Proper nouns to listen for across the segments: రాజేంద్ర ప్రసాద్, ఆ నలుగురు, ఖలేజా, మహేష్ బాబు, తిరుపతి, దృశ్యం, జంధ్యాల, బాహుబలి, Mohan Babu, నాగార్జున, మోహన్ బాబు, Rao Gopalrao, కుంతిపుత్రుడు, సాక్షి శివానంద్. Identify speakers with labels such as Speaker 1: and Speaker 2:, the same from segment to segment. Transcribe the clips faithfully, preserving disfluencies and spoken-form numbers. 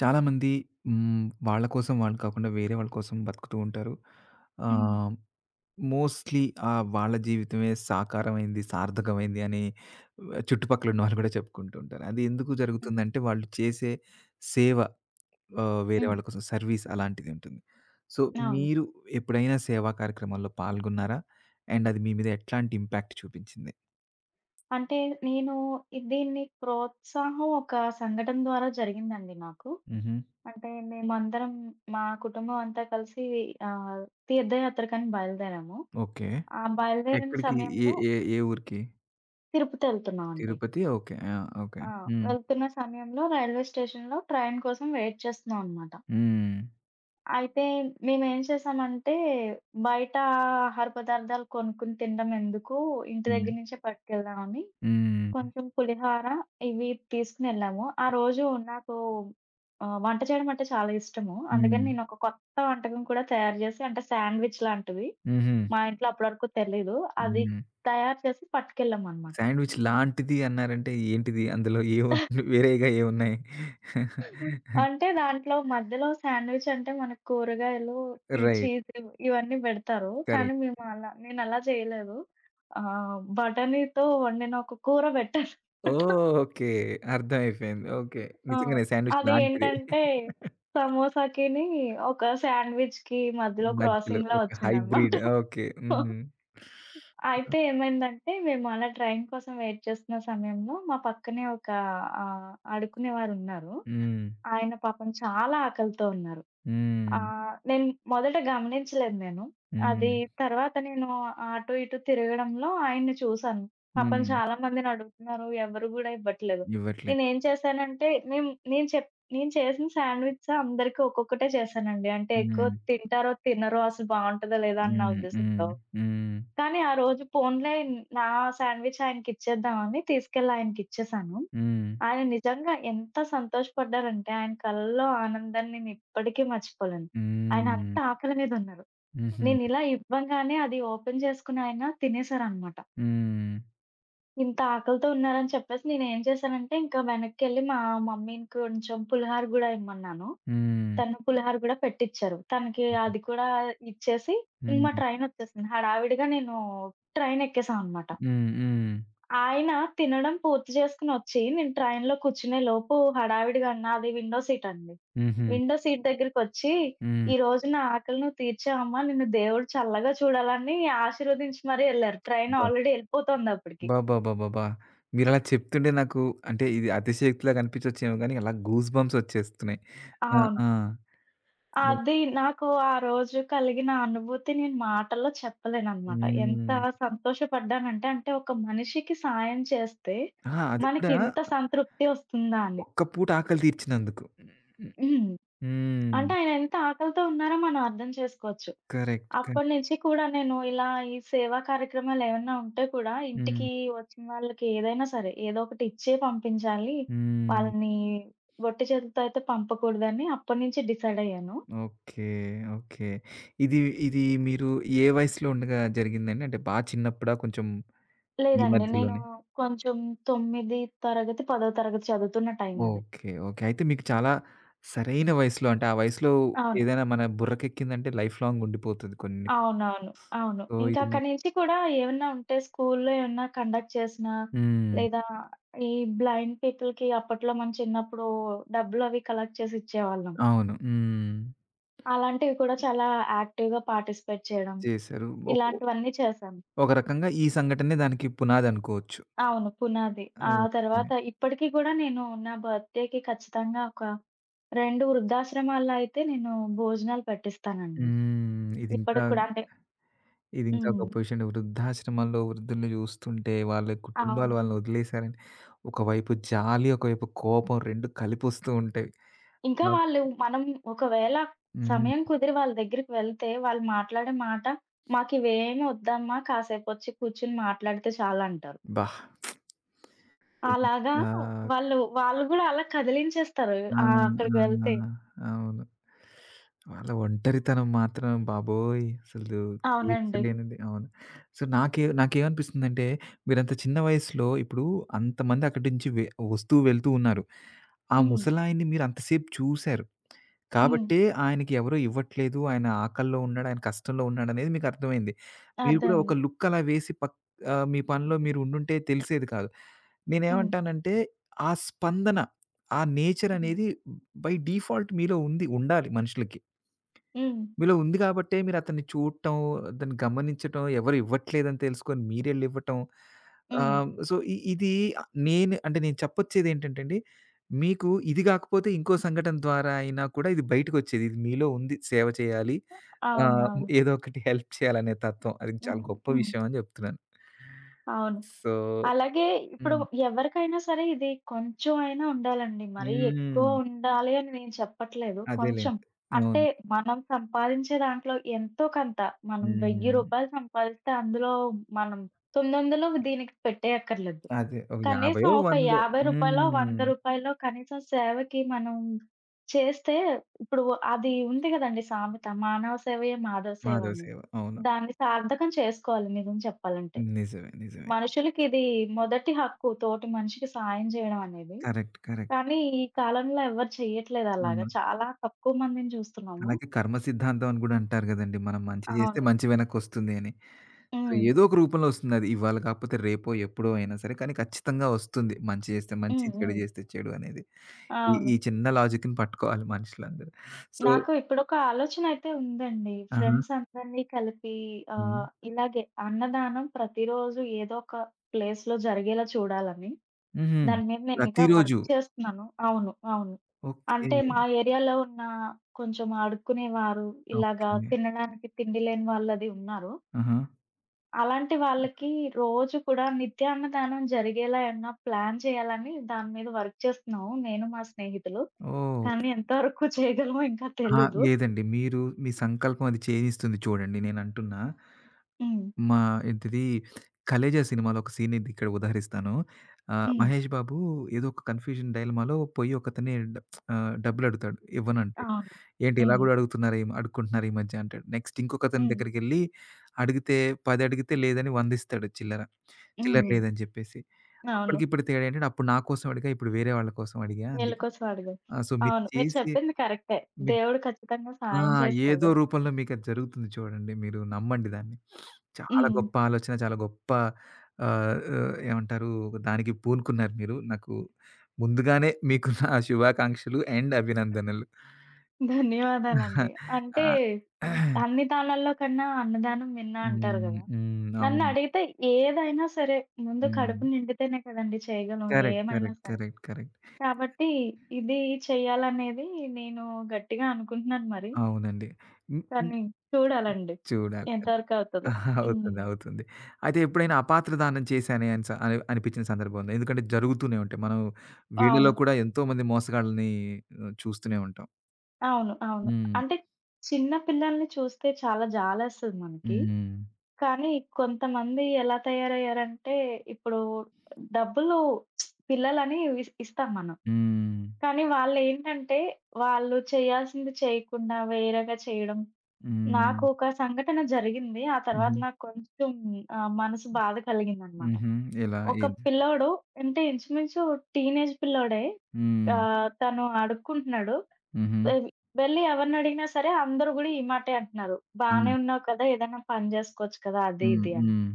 Speaker 1: చాలామంది హ్మ్. వాళ్ళ కోసం వాళ్ళు కాకుండా వేరే వాళ్ళ కోసం బతుకుతూ ఉంటారు.
Speaker 2: హ్మ్.
Speaker 1: ఆహ్, మోస్ట్‌లీ ఆహ్, వాళ్ళ జీవితమే సాకారమైంది, సార్థకమైంది అని ఆ, చుట్టుపక్కల ఉన్నవాళ్ళు కూడా చెప్పుకుంటూ ఉంటారు. అది ఎందుకు
Speaker 2: హ్మ్.
Speaker 1: జరుగుతుందంటే వాళ్ళు చేసే సేవ ఆహ్, వేరే
Speaker 2: హ్మ్.
Speaker 1: వాళ్ళ కోసం సర్వీస్ అలాంటిది ఉంటుంది. సో,
Speaker 2: అవును.
Speaker 1: మీరు ఎప్పుడైనా సేవా కార్యక్రమాల్లో పాల్గొన్నారా? అండ్ అది మీ మీద ఎట్లాంటి ఇంపాక్ట్ చూపించింది?
Speaker 2: అంటే నేను ఇది దీన్ని ప్రోత్సాహం ఒక సంఘటన ద్వారా జరిగిందండి నాకు.
Speaker 1: హుహు.
Speaker 2: అంటే మేమందరం మా కుటుంబం అంతా కలిసి ఆహ్, తీర్థయాత్రకని బయలుదేరాము.
Speaker 1: ఓకే.
Speaker 2: ఆ బయలుదేరిన
Speaker 1: ఎక్కడికి? ఏ
Speaker 2: సమయంలో
Speaker 1: ఏ ఏ ఊరికి?
Speaker 2: తిరుపతెళ్తున్నామండి.
Speaker 1: తిరుపతి. ఓకే. ఆ! ఓకే.
Speaker 2: ఆ!
Speaker 1: హ్మ్.
Speaker 2: వెళ్తున్న సమయంలో రైల్వే స్టేషన్‌లో ట్రైన్ కోసం వెయిట్ చేస్తున్నాం అనమాట.
Speaker 1: హ్మ్.
Speaker 2: అయితే మేమేం చేశామంటే బయట ఆహార పదార్థాలు కొనుక్కొని తినడం ఎందుకు, ఇంటి
Speaker 1: హ్మ్.
Speaker 2: దగ్గర నుంచే పట్టుకెళ్దామని
Speaker 1: హ్మ్.
Speaker 2: కొంచెం పులిహోర ఇవి తీసుకునెళ్ళాము. ఆ రోజు నాకు ఆహ్, వంట చేయడం అంటే చాలా ఇష్టము. అందుకని
Speaker 1: హ్మ్.
Speaker 2: నేనొక కొత్త వంటకం కూడా తయారు చేసి అంటే శాండ్‌విచ్ లాంటివి.
Speaker 1: హుహు.
Speaker 2: మా ఇంట్లో అప్పటివరకు తెలీదు. అది
Speaker 1: హ్మ్.
Speaker 2: తయారు చేసి పట్టుకెళ్ళామనమాట.
Speaker 1: శాండ్‌విచ్ లాంటిది అన్నారంటే ఏంటిది? అందులో ఏముంది? వేరేగా ఏమున్నాయి?
Speaker 2: అంటే దాంట్లో మధ్యలో శాండ్‌విచ్ అంటే మనకు కూరగాయలు, ఈ
Speaker 1: రైట్.
Speaker 2: చీజ్ ఇవ్ ఇవన్నీ పెడతారు.
Speaker 1: కరెక్ట్.
Speaker 2: కానీ మేము అలా నేనలా చేయలేదు. ఆహ్, బఠానీతో వండిన ఒక కూర పెట్టాననమాట.
Speaker 1: ఓహ్! ఓకే. అర్థమైపోయింది. ఓకే.
Speaker 2: ఆ!
Speaker 1: నిజంగానే శాండ్‌విచ్ లాంటిదే.
Speaker 2: అదేంటంటే సమోసాకిని ఒక శాండ్‌విచ్‌కి మధ్యలో
Speaker 1: మధ్యలో
Speaker 2: క్రాసింగ్‌లా
Speaker 1: ఒక
Speaker 2: వచ్చిందనమాట.
Speaker 1: హైబ్రిడ్. ఓకే. హ్మ్.
Speaker 2: అయితే ఏమైందంటే మేము అలా ట్రైన్ కోసం వెయిట్ చేస్తున్న సమయంలో మా పక్కనే ఒక ఆహ్, అడుక్కునేవారున్నారు.
Speaker 1: హ్మ్.
Speaker 2: ఆయన పాపం చాలా ఆకలితో ఉన్నారు.
Speaker 1: హ్మ్.
Speaker 2: ఆహ్, నేను మొదట గమనించలేదు నేను. అది
Speaker 1: హ్మ్.
Speaker 2: తర్వాత నేను అటు ఇటు తిరగడంలో ఆయన్ని చూసాను. పాపం
Speaker 1: హ్మ్.
Speaker 2: చాలా మందిని అడుగుతున్నారు. ఎవరు గూడా ఇవ్వట్లేదు.
Speaker 1: ఇవ్వట్లేదు.
Speaker 2: నేనేం చేశానంటే మేము నేను చెప్ నేను చేసిన శాండ్‌విచ్ అందరికి ఒక్కొక్కటే చేశానండి. అంటే ఎక్కువ
Speaker 1: హ్మ్.
Speaker 2: తింటారో, తినరో అసలు బావుంటదా లేదా అని నా
Speaker 1: హ్మ్.
Speaker 2: ఉద్దేశంతో.
Speaker 1: హ్మ్. హ్మ్.
Speaker 2: కానీ ఆ రోజు పోన్లే నా శాండ్‌విచ్ ఆయనకిచ్చేద్దామని తీసుకెళ్ళి ఆయనకిచ్చేసాను.
Speaker 1: హ్మ్.
Speaker 2: ఆయన నిజంగా ఎంత సంతోషపడ్డారంటే, ఆయన కళ్ళలో ఆనందాన్ని నేనిప్పటికీ మర్చిపోలేను. ఆయన
Speaker 1: హ్మ్.
Speaker 2: అంత ఆకలి మీదున్నారు.
Speaker 1: హుహు.
Speaker 2: నేనిలా ఇవ్వంగానే అది ఓపెన్ చేసుకొని ఆయన తినేసారనమాట.
Speaker 1: హ్మ్.
Speaker 2: ఇంత ఆకలితో ఉన్నారని చెప్పేసి నేనేం చేశానంటే, ఇంకా వెనక్కెళ్ళి మా మమ్మీని కొంచెం పులిహార గూడా ఇమ్మన్నాను.
Speaker 1: హ్మ్.
Speaker 2: తను పులిహార గూడా పెట్టిచ్చారు. తనకి
Speaker 1: హ్మ్.
Speaker 2: అది కూడా ఇచ్చేసి ఇంక మా ట్రైనొచ్చేసింది. హడావిడిగా నేను ట్రైనెక్కేసామనమాట.
Speaker 1: హ్మ్. హ్మ్.
Speaker 2: ఆయన తినడం పూర్తి చేసుకొనొచ్చి, నేను ట్రైన్‌లో కూర్చునే లోపు హడావిడిగా అన్నా అది విండో సీట్ అండి.
Speaker 1: హుహు.
Speaker 2: విండో సీట్ దగ్గరికొచ్చి,
Speaker 1: హ్మ్.
Speaker 2: "ఈరోజు నా ఆకలి నువ్వు తీర్చావమ్మా! నిన్ను దేవుడు చల్లగా చూడాలని" ఆశీర్వదించి మరీ ఎళ్లారు. ట్రైన్
Speaker 1: అబ్బా!
Speaker 2: ఆల్రెడీ ఎళ్ళిపోతోందప్పటికి.
Speaker 1: అబ్బబ్బబ్బబ్బబ్బా! మీరలా చెప్తుంటే నాకు అంటే ఇది అతిశయోక్తిలాగా అనిపించొచ్చేమో గానీ, అలా గూస్ బంప్స్ వచ్చేస్తున్నాయి. ఆ!
Speaker 2: అవును.
Speaker 1: ఆ!
Speaker 2: అది నాకు ఆ రోజు కలిగిన అనుభూతి నేను మాటల్లో చెప్పలేననమాట. ఎంత
Speaker 1: హ్మ్.
Speaker 2: సంతోషపడ్డానంటే, అంటే ఒక మనిషికి సాయం చేస్తే
Speaker 1: ఆ! అది కూడా
Speaker 2: మనకింత సంతృప్తి ఒస్తుందా అని.
Speaker 1: ఒక్క పూట ఆకలి తీర్చినందుకు.
Speaker 2: హ్మ్.
Speaker 1: హ్మ్.
Speaker 2: అంటే ఆయన ఎంత ఆకలితో ఉన్నారో మనం అర్థం చేసుకోవచ్చు.
Speaker 1: కరెక్ట్.
Speaker 2: అప్పటి
Speaker 1: కరెక్ట్.
Speaker 2: నుంచి కూడా నేను ఇలా ఈ సేవా కార్యక్రమాలు ఏమన్నా ఉంటే కూడా
Speaker 1: హ్మ్.
Speaker 2: ఇంటికి వచ్చిన వాళ్ళకి ఏదైనా సరే ఏదో ఒకటి ఇచ్చే పంపించాలి.
Speaker 1: హ్మ్.
Speaker 2: వాళ్ళని ఒట్టి చేతులతో అయితే పంపకూడదని అప్పటినుంచి డిసైడ్ అయ్యాను.
Speaker 1: ఓకే. ఓకే. ఇది ఇది మీరు ఏ వయసులో ఉండగా జరిగిందండి? అంటే బా చిన్నప్పుడా? కొంచెం ఈ
Speaker 2: లేదండి. నేను
Speaker 1: మధ్యలోనే?
Speaker 2: కొంచెం తొమ్మిదో తరగతి, పదో తరగతి చదువుతున్న టైం అది.
Speaker 1: ఓకే. ఓకే. అయితే మీకు చాలా సరైన వయసులో అంటే, ఆ వయసులో
Speaker 2: అవును.
Speaker 1: ఏదైనా మన బుర్రకెక్కిందంటే లైఫ్ లాంగ్ ఉండిపోతది కొన్ని.
Speaker 2: అవునవును. అవును.
Speaker 1: సో,
Speaker 2: ఇంకా
Speaker 1: ఇది
Speaker 2: అక్కడి
Speaker 1: మీకు
Speaker 2: నుంచి కూడా ఏమన్నా ఉంటే స్కూల్లో ఏమన్నా కండక్ట్ చేసినా,
Speaker 1: హ్మ్.
Speaker 2: లేదా ఈ బ్లైండ్ పీపుల్‌కి అప్పట్లో మనం చిన్నప్పుడు డబ్బులవి కలెక్ట్ చేసి ఇచ్చేవాళ్ళం.
Speaker 1: అవును. హ్మ్.
Speaker 2: అలాంటివి కూడా చాలా యాక్టివ్‌గా పార్టిసిపేట్ చేయడం,
Speaker 1: చేశారు. ఒక
Speaker 2: ఇలాంటివన్నీ చేశాను.
Speaker 1: ఒక రకంగా ఈ సంఘటనే దానికి పునాదనుకోవచ్చు.
Speaker 2: అవును. పునాది. ఆ
Speaker 1: ఓకే.
Speaker 2: తర్వాత ఇప్పటికి కూడా నేను నా బర్త్‌డేకి ఖచ్చితంగా ఒక రెండు వృద్ధాశ్రమాల్లో అయితే నేను భోజనాలు పెట్టిస్తానండి.
Speaker 1: హ్మ్. ఇదింకా
Speaker 2: ఇప్పటికి కూడా అంటే
Speaker 1: ఇదింకా
Speaker 2: హ్మ్.
Speaker 1: గొప్ప విషయం. వృద్ధాశ్రమాల్లో వృద్ధుల్ని చూస్తుంటే వాళ్ళ కుటుంబాలు
Speaker 2: అవును.
Speaker 1: వాళ్ళని వదిలేశారని ఒకవైపు జాలి, ఒకవైపు కోపం రెండూ కలిపొస్తూ ఉంటాయి.
Speaker 2: ఇంకా
Speaker 1: ఆ!
Speaker 2: వాళ్ళు మనం ఒకవేళ
Speaker 1: హ్మ్.
Speaker 2: సమయం కుదిరి వాళ్ళ దగ్గరికి వెళ్తే, వాళ్ళు మాట్లాడే మాట "మాకివేమి వద్దమ్మా, కాసేపొచ్చి కూర్చొని మాట్లాడితే చాలంటారు."
Speaker 1: అబ్బా!
Speaker 2: అలాగా
Speaker 1: ఎంత
Speaker 2: వాళ్ళు, వాళ్ళు గూడా అలా కదిలించేస్తారు.
Speaker 1: ఆ!
Speaker 2: ఆహ్, అక్కడికి
Speaker 1: ఆ!
Speaker 2: వెళ్తే.
Speaker 1: అవును. వాళ్ళ ఒంటరితనం మాత్రం బాబోయ్! అసలు
Speaker 2: అవునండి.
Speaker 1: తీర్చలేనిది. అవును. సో, నాకే నాకేమనిపిస్తుందంటే, మీరంత చిన్న వయసులో ఇప్పుడు అంతమంది అక్కడి నుంచి వె వస్తూ, వెళ్తూ ఉన్నారు. ఆ
Speaker 2: హ్మ్.
Speaker 1: ముసలాయన్ని మీరు అంతసేపు చూసారు.
Speaker 2: హ్మ్.
Speaker 1: కాబట్టే ఆయనకి ఎవరు ఇవ్వట్లేదు. ఆయన ఆకల్లో ఉన్నాడు. ఆయన కష్టంలో ఉన్నాడనేది మీకర్థమైంది. మీరు కూడా ఒక
Speaker 2: అర్థమైంది.
Speaker 1: లుక్ అలా వేసి పక్ ఆహ్, మీ పనిలో మీరు ఉండుంటే తెలిసేది కాదు.
Speaker 2: హ్మ్.
Speaker 1: నేనేమంటానంటే ఆ స్పందన, ఆ నేచర్
Speaker 2: హ్మ్.
Speaker 1: అనేది బై డిఫాల్ట్ మీలో ఉంది. ఉండాలి మనుషులకి.
Speaker 2: హ్మ్.
Speaker 1: మీలో ఉంది కాబట్టే మీరతన్ని చూడటం, దాన్ని గమనించటం, ఎవరు ఇవ్వట్లేదని తెలుసుకొని మీరెళ్లి ఇవ్వటం.
Speaker 2: హ్మ్.
Speaker 1: ఆహ్, సో, ఇ ఇది ఆహ్, నేను అంటే నేను చెప్పొచ్చేదేంటంటే అండి, మీకు ఇది గాకపోతే ఇంకో సంఘటన ద్వారా అయినా కూడా ఇది బయటకొచ్చేది. ఇది మీలో ఉంది సేవ చేయాలి. ఆహ్,
Speaker 2: అవునవును.
Speaker 1: ఏదో ఒకటి హెల్ప్ చేయాలనే తత్వం. అది చాలా
Speaker 2: హ్మ్.
Speaker 1: గొప్ప
Speaker 2: హ్మ్.
Speaker 1: విషయం అని జెప్తున్నాను.
Speaker 2: అవును.
Speaker 1: సో
Speaker 2: అలాగే ఇప్పుడు
Speaker 1: హ్మ్.
Speaker 2: ఎవరికైనా సరే ఇది కొంచెం అయినా ఉండాలండి. మరీ ఎక్కువ
Speaker 1: హ్మ్.
Speaker 2: ఉండాలి అని నేను చెప్పట్లేదు. కొంచెం
Speaker 1: అదేలెండి.
Speaker 2: అంటే
Speaker 1: అవును.
Speaker 2: మనం సంపాదించే దాంట్లో ఎంతో కొంత మనం రూ. వెయ్యి
Speaker 1: హ్మ్.
Speaker 2: సంపాదిస్తే అందులో మనం తొమ్మిది వందలు దీనికి పెట్టేయక్కర్లేదు.
Speaker 1: అదే. ఒక యాభై
Speaker 2: కనీసం ఒక రూ.
Speaker 1: వందో
Speaker 2: యాభై రూ. వంద
Speaker 1: హ్మ్.
Speaker 2: కనీసం సేవకి మనం చేస్తే ఇప్పుడు అది ఉంది గదండీ సామెత. మానవ సేవయే మాధవ సేవ
Speaker 1: మాధవ
Speaker 2: అని.
Speaker 1: సేవ. అవును.
Speaker 2: దాన్ని సార్థకం చేసుకోవాలి నిజం చెప్పాలంటే.
Speaker 1: నిజమే. నిజమే.
Speaker 2: మనుషులకిది మొదటి హక్కు తోటి మనిషికి సాయం జేయడం అనేది.
Speaker 1: కరెక్ట్. కరెక్ట్.
Speaker 2: కానీ ఈ కాలంలో ఎవరు చెయ్యట్లేదలాగా.
Speaker 1: హ్మ్.
Speaker 2: చాలా తక్కువ మందిని చూస్తున్నాము.
Speaker 1: అలాగే కర్మ సిద్ధాంతం అని గూడా అంటారు గదండీ. మనం మంచి జేస్తే
Speaker 2: అవును.
Speaker 1: మంచి వెనక్కొస్తుంది అని. సో,
Speaker 2: హ్మ్.
Speaker 1: ఏదో ఒక రూపంలో ఒస్తుందది. ఇవాళ కాకపోతే రేపో, ఎప్పుడో అయినా సరే కానీ ఖచ్చితంగా ఒస్తుంది. మంచి జేస్తే మంచి,
Speaker 2: హ్మ్.
Speaker 1: చెడు
Speaker 2: హ్మ్.
Speaker 1: జేస్తే చెడు అనేది. ఈ
Speaker 2: అవును.
Speaker 1: ఈ చిన్న లాజిక్‌ని పట్టుకోవాలి మనుషులందరూ. సో
Speaker 2: నాకు ఇప్పుడొక ఆలోచనైతే ఉందండి.
Speaker 1: ఆహా!
Speaker 2: ఫ్రెండ్స్ అందరినీ కలిపి
Speaker 1: హ్మ్.
Speaker 2: ఆహ్, ఇలాగే అన్నదానం ప్రతిరోజు ఏదో ఒక ప్లేస్‌లో జరిగేలా చూడాలని.
Speaker 1: హుహు.
Speaker 2: దాని మీద నేనింకా వర్క్
Speaker 1: ప్రతిరోజు.
Speaker 2: చేస్తున్నాను. అవును. అవును.
Speaker 1: ఓకే.
Speaker 2: అంటే మా ఏరియాలో ఉన్న కొంచెం అడుక్కునేవారు, ఇలాగా
Speaker 1: ఓకే.
Speaker 2: తినడానికి తిండి లేని వాళ్ళది ఉన్నారు.
Speaker 1: ఆహా!
Speaker 2: అలాంటి వాళ్ళకి రోజు కూడా నిత్యాన్నదానం జరిగేలా ఏమన్నా ప్లాన్ చేయాలని దాని మీద వర్క్ చేస్తున్నాము నేను, మా స్నేహితులు.
Speaker 1: ఓహ్!
Speaker 2: కానీ ఎంతవరకు చేయగలమో ఇంకా
Speaker 1: ఆ!
Speaker 2: తెలీదు.
Speaker 1: లేదండి. మీరు మీ సంకల్పం అది చేయనిస్తుంది చూడండి నేనంటున్నా
Speaker 2: హ్మ్.
Speaker 1: మా ఏంటిది 'ఖలేజా' సినిమాలో ఒక సీన్ ఇది ఇక్కడ ఉదహరిస్తాను. ఆహ్,
Speaker 2: హ్మ్.
Speaker 1: మహేష్ బాబు ఏదో ఒక కన్‌ఫ్యూజన్ డైలమాలో పోయి ఒకతన్ని డ ఆహ్, డబ్బులడుగుతాడు. ఇవ్వనంటాడు.
Speaker 2: అవును.
Speaker 1: ఏంటి ఇలా
Speaker 2: హ్మ్.
Speaker 1: గూడా అడుగుతున్నారా ఈమ అడుక్కుంటున్నారా ఈ మధ్య అంటాడు. నెక్స్ట్ ఇంకొకతని
Speaker 2: హ్మ్.
Speaker 1: దగ్గరికెళ్ళి అడిగితే పది అడిగితే లేదని వంద ఇస్తాడు చిల్లర. చిల్లర
Speaker 2: హ్మ్.
Speaker 1: లేదని చెప్పేసి.
Speaker 2: అవును.
Speaker 1: అప్పటికిప్పుడు తేడా ఏంటంటే అప్పుడు నా కోసం అడిగా, ఇప్పుడు వేరే వాళ్ళ కోసం అడిగా
Speaker 2: నీళ్ళ
Speaker 1: అందుకే.
Speaker 2: కోసం అడగదు.
Speaker 1: ఆ! సో మీరు
Speaker 2: అవును. మీరు
Speaker 1: చేసే
Speaker 2: చెప్పింది కరెక్టే.
Speaker 1: మీ
Speaker 2: దేవుడు ఖచ్చితంగా
Speaker 1: ఆ!
Speaker 2: సహాయం
Speaker 1: ఏదో
Speaker 2: చేస్తాడు.
Speaker 1: రూపంలో మీకది జరుగుతుంది చూడండి. మీరు నమ్మండి దాన్ని. చాలా
Speaker 2: హ్మ్.
Speaker 1: గొప్ప ఆలోచన. చాలా గొప్ప ఆహ్, ఆహ్, ఏమంటారు దానికి పూనుకున్నారు మీరు. నాకు ముందుగానే మీకు నా శుభాకాంక్షలు అండ్ అభినందనలు.
Speaker 2: ధన్యవాదాలండి.
Speaker 1: ఆ!
Speaker 2: అంటే అన్ని దానాల్లో కన్నా అన్నదానం మిన్న అంటారు
Speaker 1: హ్మ్.
Speaker 2: గదా!
Speaker 1: హ్మ్. అవును.
Speaker 2: నన్నడిగితే ఏదైనా సరే ముందు
Speaker 1: హ్మ్.
Speaker 2: కడుపు నిండితేనే కదండీ చేయగలం
Speaker 1: కరెక్ట్.
Speaker 2: ఏమైనా
Speaker 1: కరెక్ట్.
Speaker 2: సరే.
Speaker 1: కరెక్ట్. కరెక్ట్.
Speaker 2: కాబట్టి ఇది చేయాలనేది నేను గట్టిగా అనుకుంటున్నాను మరి.
Speaker 1: అవునండి. హ్మ్.
Speaker 2: కానీ చూడాలండి
Speaker 1: చూడాలి.
Speaker 2: ఎంతవరకు అవుతదో.
Speaker 1: ఆహా! అవుతుంది.
Speaker 2: హ్మ్.
Speaker 1: అవుతుంది. అయితే ఎప్పుడైనా అపాత్ర దానం చేశానే అని స అని అనిపించిన సందర్భం ఉందా? ఎందుకంటే జరుగుతూనే ఉంటాయి. మనం వీళ్ళలో
Speaker 2: అవును.
Speaker 1: కూడా ఎంతో మంది మోసగాళ్ళని ఆహ్, చూస్తూనే ఉంటాం.
Speaker 2: అవును. అవును.
Speaker 1: హ్మ్.
Speaker 2: అంటే చిన్న పిల్లల్ని చూస్తే చాలా జాలేస్తది మనకి.
Speaker 1: హ్మ్.
Speaker 2: కానీ కొంతమంది ఎలా తయారయ్యారంటే ఇప్పుడు డబ్బులు పిల్లలని ఇస్ ఇస్తాం మనం.
Speaker 1: హ్మ్.
Speaker 2: కానీ వాళ్ళేంటంటే వాళ్ళు చేయాల్సింది చేయకుండా వేరేగా చేయడం. నాకు
Speaker 1: హ్మ్.
Speaker 2: ఒక సంఘటన జరిగింది. ఆ తర్వాత
Speaker 1: హుహు.
Speaker 2: నాకు కొంచెం ఆహ్, మనసు బాధ కలిగిందనమాట.
Speaker 1: హుహు. ఎలా?
Speaker 2: ఒక
Speaker 1: ఏంటి?
Speaker 2: పిల్లోడు అంటే ఇంచుమించు టీనేజ్ పిల్లోడే.
Speaker 1: హ్మ్.
Speaker 2: ఆహ్, తను అడుక్కుంటున్నాడు.
Speaker 1: హుహు.
Speaker 2: వెల్ వెళ్ళి ఎవరినడిగినా సరే అందరూ గూడా ఈ మాటే అంటున్నారు. "బానే
Speaker 1: హ్మ్.
Speaker 2: ఉన్నావు కదా! ఏదైనా పని జేసుకోవచ్చు కదా!" అది
Speaker 1: హ్మ్.
Speaker 2: ఇది అని.
Speaker 1: హ్మ్.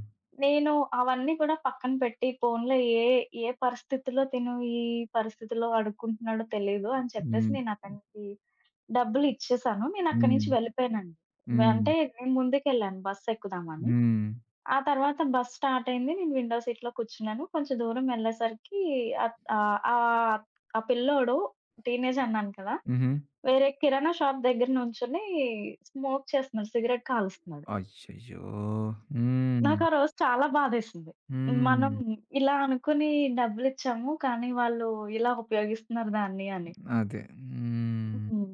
Speaker 2: నేను అవన్నీ కూడా పక్కన పెట్టి పోన్లే ఏ ఏ పరిస్థితిలో తిను ఈ పరిస్థితిలో అడుక్కుంటున్నాడో తెలీదు అని చెప్పేసి
Speaker 1: హ్మ్.
Speaker 2: నేను అతనికి డబ్బులిచ్చేసాను. నేనక్కడి
Speaker 1: హ్మ్.
Speaker 2: నుంచి వెళ్ళిపోయానండి. వె-
Speaker 1: హ్మ్.
Speaker 2: అంటే నేను ముందుకెళ్ళాను బస్సెక్కుదామని.
Speaker 1: హ్మ్.
Speaker 2: ఆ తర్వాత బస్ స్టార్ట్ అయింది. నేను విండో సీట్‌లో కూర్చున్నాను. కొంచెం దూరం వెళ్ళేసరికి అత్ ఆహ్, ఆ ఆ పిల్లోడు టీనేజ్ అన్నాను కదా!
Speaker 1: హుహు.
Speaker 2: వేరే కిరాణా షాప్ దగ్గర నుంచొని స్మోక్ చేస్తున్నాడు. సిగరెట్ కాలుస్తున్నాడు.
Speaker 1: అయ్యయ్యో! హ్మ్.
Speaker 2: నాకు ఆ రోజు చాలా బాధేసింది. మనం
Speaker 1: హ్మ్.
Speaker 2: ఇలా అనుకుని డబ్బులిచ్చాము. కానీ వాళ్ళు ఇలా ఉపయోగిస్తున్నారు దాన్ని అని.
Speaker 1: అదే. హ్మ్.
Speaker 2: హ్మ్.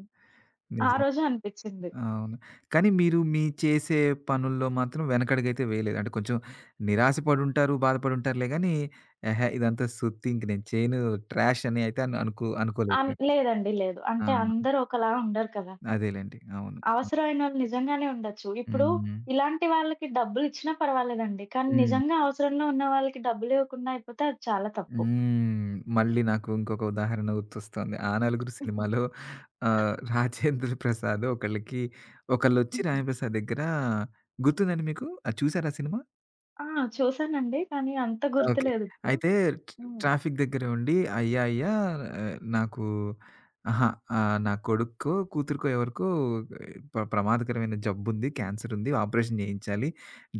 Speaker 2: ఆ
Speaker 1: నిజం.
Speaker 2: రోజే అనిపిచ్చింది.
Speaker 1: అవును. కానీ మీరు మీ చేసే పనుల్లో మాత్రం వెనకడుగైతే వేయలేదు. అంటే కొంచెం నిరాశ పడుంటారు, బాధపడుంటారులే గానీ, ఎహే! ఇదంతా సుత్తి ఇంక నేను చేయను ట్రాష్ అని అయితే అను అనుకో అనుకోలేదు
Speaker 2: అన్
Speaker 1: మీరు.
Speaker 2: లేదండి. లేదు. అంటే
Speaker 1: ఆ!
Speaker 2: అందరూ ఒకలా ఉండరు కదా!
Speaker 1: అదేలెండి. అవును. ఆ!
Speaker 2: అవసరమైనోళ్ళు నిజంగానే ఉండొచ్చు. ఇప్పుడు
Speaker 1: హ్మ్.
Speaker 2: ఇలాంటి వాళ్ళకి డబ్బులిచ్చినా పర్వాలేదండి. కానీ
Speaker 1: హ్మ్.
Speaker 2: నిజంగా అవసరంలో ఉన్న వాళ్ళకి డబ్బులివ్వకుండా అయిపోతే అది చాలా తప్పు.
Speaker 1: హ్మ్. మళ్ళీ నాకు ఇంకొక ఉదాహరణ గుర్తొస్తోంది. 'ఆ నలుగురు'
Speaker 2: హ్మ్.
Speaker 1: సినిమాలో ఆహ్, రాజేంద్ర ప్రసాద్ ఒకళ్ళకి ఒకళ్ళొచ్చి
Speaker 2: హ్మ్.
Speaker 1: రాంప్రసాద్ దగ్గర గుర్తుందండి మీకు? అది చూసారా సినిమా?
Speaker 2: ఆ! చూసానండి. కానీ అంత
Speaker 1: ఓకే.
Speaker 2: గుర్తులేదిప్పుడు.
Speaker 1: అయితే ట్రా
Speaker 2: హ్మ్.
Speaker 1: ట్రాఫిక్ దగ్గర ఉండి అయ్యా! అయ్యా! ఆహ్, నాకు అహా! ఆహ్, నా కొడుక్కో, కూతురికో ఎవరికో ప్ర ప్రమాదకరమైన జబ్బుంది. క్యాన్సరుంది. ఆపరేషన్ చేయించాలి.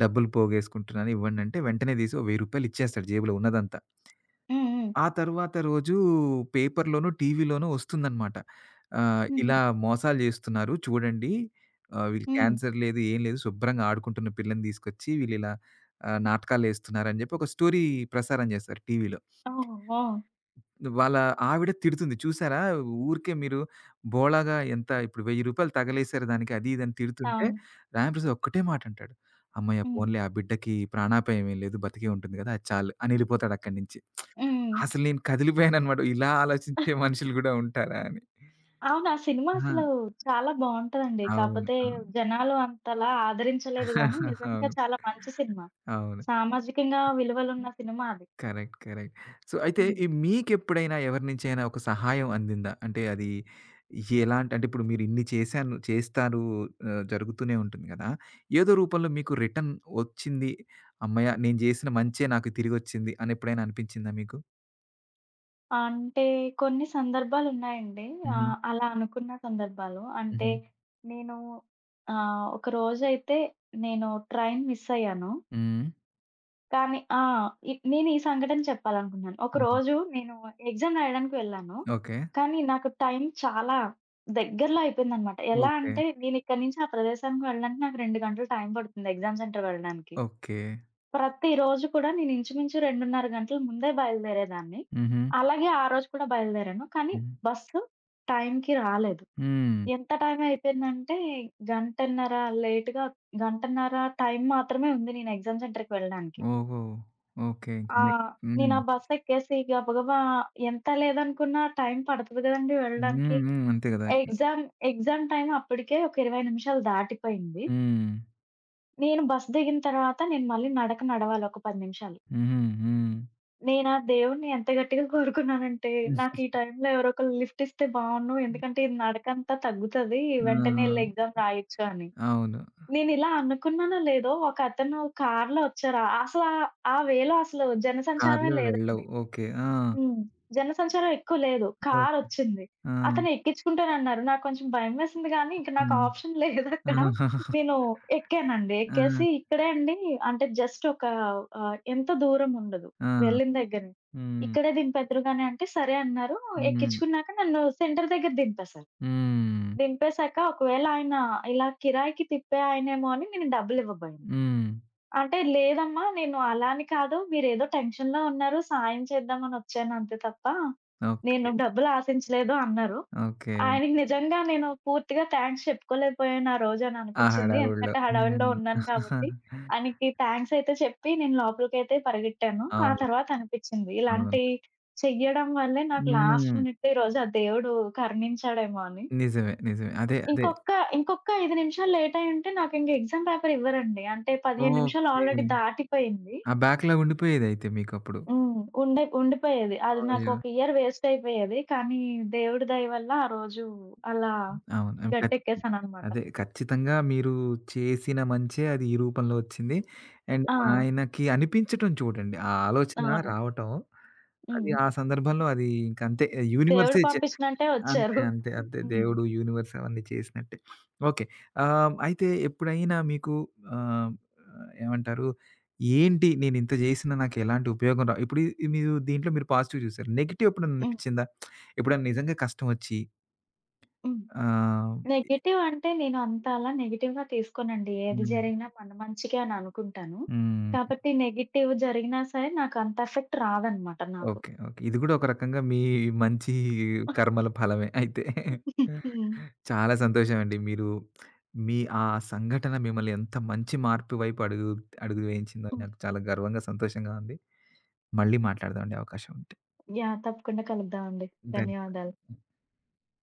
Speaker 1: డబ్బులు పోగేసుకుంటున్నాను ఇవ్వండంటే వెంటనే తీసి ఓ రూ. వెయ్యి ఇచ్చేస్తాడు జేబులో ఉన్నదంతా.
Speaker 2: హ్మ్. హ్మ్.
Speaker 1: ఆ తరువాత రోజు పేపర్‌లోను, టీవీలోను వస్తుందనమాట. ఆహ్, ఇలా
Speaker 2: హుహు.
Speaker 1: మోసాలు జేస్తున్నారు చూడండి. ఆహ్, వీళ్ళు
Speaker 2: హ్మ్.
Speaker 1: క్యాన్సర్ లేదు, ఏం లేదు. శుభ్రంగా ఆడుకుంటున్న పిల్లని తీసుకొచ్చి వీళ్ళిలా ఆహ్, నాటకాలేస్తున్నారని జెప్పి ఒక స్టోరీ ప్రసారం జేస్తారు టీవీలో.
Speaker 2: ఓహ్! ఓహ్!
Speaker 1: వాళ్ళ ఆవిడ తిడుతుంది. చూసారా ఊరికే మీరు బోలాగా ఎంత ఇప్పుడు రూ. వెయ్యి తగలేశారు దానికి అది ఇది అని తిడుతుంటే,
Speaker 2: అవును.
Speaker 1: రాంప్రసాద్ ఒక్కటే మాట అంటాడు. "హమ్మయ్య!
Speaker 2: హ్మ్.
Speaker 1: పోన్లే ఆ బిడ్డకి ప్రాణాపాయం ఏం లేదు. బతికే ఉంటుంది కదా! అది చాలు" అని ఎళ్ళిపోతాడు అక్కడి నుంచి.
Speaker 2: హ్మ్.
Speaker 1: అసలు నేను కదిలిపోయాననమాట. ఇలా ఆలోచించే మనుషులు గూడా ఉంటారా అని.
Speaker 2: అవును. ఆ సినిమా అసలు
Speaker 1: ఆ!
Speaker 2: చాలా బావుంటదండి.
Speaker 1: అవును.
Speaker 2: కాపోతే
Speaker 1: అవును.
Speaker 2: జనాలు అంతలా ఆదరించలేదు గానీ, నిజంగా
Speaker 1: అవును.
Speaker 2: చాలా మంచి సినిమా.
Speaker 1: అవును.
Speaker 2: సామాజికంగా విలువలున్న సినిమా అది.
Speaker 1: కరెక్ట్. కరెక్ట్. సో, అయితే
Speaker 2: హ్మ్.
Speaker 1: ఈ మీకెప్పుడైనా ఎవరి నుంచైనా ఒక సహాయం అందిందా? అంటే అది ఎలాంటి అంటే ఇప్పుడు మీరు ఇన్ని చేశాను చేస్తారు ఆహ్, జరుగుతూనే ఉంటుంది గదా! ఏదో రూపంలో మీకు రిటర్న్ వచ్చింది. హమ్మయ్య! నేను జేసిన మంచే నాకు తిరిగొచ్చింది అని ఎప్పుడైనా అనిపించిందా మీకు?
Speaker 2: అంటే కొన్ని సందర్భాలున్నాయండి.
Speaker 1: హుహు.
Speaker 2: ఆహ్, అలా అనుకున్న సందర్భాలు. అంటే
Speaker 1: హుహు.
Speaker 2: నేను ఆహ్, ఒక రోజైతే నేను ట్రైన్ మిస్ అయ్యాను.
Speaker 1: హ్మ్.
Speaker 2: కానీ ఆ! ఇ నేను ఈ సంఘటన చెప్పాలనుకున్నాను.
Speaker 1: హుహు.
Speaker 2: ఒకరోజు నేను ఎగ్జామ్ రాయడానికి వెళ్ళాను.
Speaker 1: ఓకే.
Speaker 2: కానీ నాకు టైం చాలా దగ్గరలో అయిపోయిందనమాట. ఎలా
Speaker 1: ఓకే.
Speaker 2: అంటే నేనిక్కడి నుంచి ఆ ప్రదేశానికి వెళ్ళడానికి నాకు రెండు గంటలు టైం పడుతుంది ఎగ్జామ్ సెంటర్ వెళ్ళడానికి.
Speaker 1: ఓకే.
Speaker 2: ప్రతిరోజు కూడా నేను ఇంచుమించు రెండున్నర గంటల ముందే బయలుదేరేదాన్ని.
Speaker 1: హుహు.
Speaker 2: అలాగే ఆ రోజు కూడా బయలుదేరాను. కానీ
Speaker 1: హ్మ్.
Speaker 2: బస్సు టైంకి రాలేదు.
Speaker 1: హ్మ్.
Speaker 2: ఎంత టైం అయిపోయిందంటే గంటన్నర లేట్‌గా గంటన్నర టైం మాత్రమే ఉంది నేను ఎగ్జామ్ సెంటర్‌కి వెళ్ళడానికి.
Speaker 1: ఓహో! ఓకే.
Speaker 2: ఆ!
Speaker 1: హ్మ్.
Speaker 2: నేనా బస్సెక్కేసి గబగబా ఎంత లేదనుకున్నా టైం పడతది గదండీ
Speaker 1: హ్మ్.
Speaker 2: వెళ్ళడానికి.
Speaker 1: హ్మ్. అంతే గదా!
Speaker 2: ఎగ్జామ్, ఎగ్జామ్ టైమ్ అప్పటికే ఒక ఇరవై నిమిషాలు దాటిపోయింది.
Speaker 1: హ్మ్.
Speaker 2: నేను బస్ దిగిన తర్వాత నేను మళ్ళీ నడక నడవాలి ఒక పది నిమిషాలు.
Speaker 1: హుహు.
Speaker 2: నేనా దేవుడిని ఎంత గట్టిగా కోరుకున్నానంటే, నాకు
Speaker 1: హ్మ్.
Speaker 2: ఈ టైంలో ఎవరో ఒకళ్ళు లిఫ్ట్ ఇస్తే బావున్ను. ఎందుకంటే ఇది నడకంతా తగ్గుతది. వెంటనే ఎళ్లి
Speaker 1: ఆ!
Speaker 2: ఎగ్జామ్ రాయొచ్చు అని.
Speaker 1: అవును.
Speaker 2: నేనిలా అనుకున్నానో లేదో ఒకతను కార్‌లో వచ్చారు. అసలా ఆ వేలో అసలు జనసంచారమే
Speaker 1: కార్‌లో వెళ్ళవు.
Speaker 2: లేదండి.
Speaker 1: ఓకే. ఆ!
Speaker 2: హ్మ్. జనసంచారం ఎక్కువ లేదు.
Speaker 1: ఓకే.
Speaker 2: కారొచ్చింది.
Speaker 1: ఆ!
Speaker 2: అతను ఎక్కించుకుంటానన్నారు. నాకు కొంచెం భయమేసింది గానీ, ఇంక
Speaker 1: ఆ!
Speaker 2: నాకు ఆప్షన్
Speaker 1: ఆ!
Speaker 2: లేదక్కడ. నేను ఎక్కానండి.
Speaker 1: ఆ!
Speaker 2: ఎక్కేసి ఇక్కడే అండి అంటే జస్ట్ ఒక ఆహ్, ఎంత దూరం ఉండదు వెళ్ళిన
Speaker 1: ఆ!
Speaker 2: దగ్గర నుంచి.
Speaker 1: హ్మ్.
Speaker 2: ఇక్కడే దింపేద్దురుగాని అంటే, సరే అన్నారు.
Speaker 1: హ్మ్.
Speaker 2: ఎక్కించుకున్నాక నన్ను సెంటర్ దగ్గర దింపేశారు.
Speaker 1: హ్మ్.
Speaker 2: దింపేశాక ఒకవేళ ఆయన ఇలా కిరాయికి తిప్పే ఆయనేమో అని నేను డబ్బులివ్వబోయాను.
Speaker 1: హ్మ్.
Speaker 2: అంటే లేదమ్మా. నేను అలా అని కాదు. మీరేదో టెన్షన్‌లో ఉన్నారు. సాయం చేద్దామనొచ్చాను అంతే తప్ప, నేను
Speaker 1: ఓకే.
Speaker 2: డబ్బులు ఆశించలేదు అన్నారు.
Speaker 1: ఓకే.
Speaker 2: ఆయనకి నిజంగా నేను పూర్తిగా థాంక్స్ చెప్పుకోలేకపోయాను ఆ రోజని
Speaker 1: ఆ
Speaker 2: అనిపిచ్చింది.
Speaker 1: హడావుడిలో.
Speaker 2: ఎందుకంటే హడావిడిలో
Speaker 1: హ్మ్.
Speaker 2: ఉన్నాను కాబట్టి. ఆయనకి థాంక్స్ అయితే చెప్పి నేను లోపలికైతే పరిగెట్టాను. ఆ
Speaker 1: అవును.
Speaker 2: తర్వాత అనిపిచ్చింది.
Speaker 1: అవును.
Speaker 2: ఇలాంటి చెయ్యడం వల్లే నాకు లాస్ట్
Speaker 1: హ్మ్.
Speaker 2: మినిట్‌లో ఈరోజు ఆ దేవుడు కరుణించాడేమో అని.
Speaker 1: నిజమే. నిజమే. అదే. అదే.
Speaker 2: ఇంకొక్క, ఇంకొక్క ఐదు నిమిషాలు లేట్ అయ్యుంటే నాకింక ఎగ్జామ్ పేపర్ ఇవ్వరండి. అంటే పదిహేను నిమిషాలు
Speaker 1: ఓకే.
Speaker 2: ఆల్రెడీ దాటిపోయింది.
Speaker 1: ఆ బ్యాక్‌లాగ్ ఉండిపోయేదైతే మీకప్పుడు.
Speaker 2: హ్మ్. ఉండే ఉండిపోయేది. అది నాకు
Speaker 1: అయ్యో!
Speaker 2: ఒక ఇయర్ వేస్ట్ అయిపోయేది. కానీ దేవుడి దయ వల్ల ఆ రోజు అలా
Speaker 1: అవును. హ్మ్. ఖచ్
Speaker 2: గట్టెక్కేసాననమాట.
Speaker 1: అదే ఖచ్చితంగా మీరు చేసిన మంచే అది ఈ రూపంలో వచ్చింది. అండ్
Speaker 2: ఆ!
Speaker 1: ఆయనకి అనిపించటం చూడండి. ఆ ఆలోచన
Speaker 2: అవును.
Speaker 1: రావటం, అది
Speaker 2: హ్మ్.
Speaker 1: ఆ సందర్భంలో అది ఇంకంతే
Speaker 2: దేవుడు
Speaker 1: యూనివర్సే చే
Speaker 2: పంపించినట్టే
Speaker 1: అంతే.
Speaker 2: వచ్చారు.
Speaker 1: అంతే. అంతే.
Speaker 2: హ్మ్.
Speaker 1: దేవుడు, యూనివర్స్ అవన్నీ చేసినట్టే. ఓకే. ఆహ్, అయితే ఎప్పుడైనా మీకు ఆహ్, ఏమంటారు? ఏంటి నేనింత చేసినా నాకెలాంటి ఉపయోగం రా ఇప్పుడు ఇ- మీరు దీంట్లో మీరు పాజిటివ్ చూసారు. నెగెటివ్ ఎప్పుడన్నా
Speaker 2: హ్మ్.
Speaker 1: అనిపించిందా? ఎప్పుడన్నా నిజంగా కష్టం వచ్చి
Speaker 2: హ్మ్.
Speaker 1: ఆహ్
Speaker 2: నెగెటివ్ అంటే నేను అంత అలా నెగెటివ్‌గా తీసుకోనండి. ఏది
Speaker 1: హ్మ్.
Speaker 2: జరిగినా మన మంచికే అని అనుకుంటాను.
Speaker 1: హ్మ్.
Speaker 2: కాబట్టి నెగెటివ్ జరిగినా సరే నాకంత ఎఫెక్ట్ రాదనమాట నాకు.
Speaker 1: ఓకే. ఓకే. ఇది గూడా ఒక రకంగా మీ మంచి కర్మల ఫలమే అయితే.
Speaker 2: హ్మ్.
Speaker 1: చాలా సంతోషమండి. మీరు మీ ఆ సంఘటన మిమ్మల్ని ఎంత మంచి మార్పు వైపు అడుగు అడుగు వేయించిందో
Speaker 2: హ్మ్.
Speaker 1: నాకు చాలా గర్వంగా, సంతోషంగా ఉంది. మళ్ళీ మాట్లాడదామండి అవకాశం ఉంటే.
Speaker 2: యాహ్! తప్పకుండా కలుద్దామండి. ధన్యవాదాలు.
Speaker 1: ధన్యవాదాలు.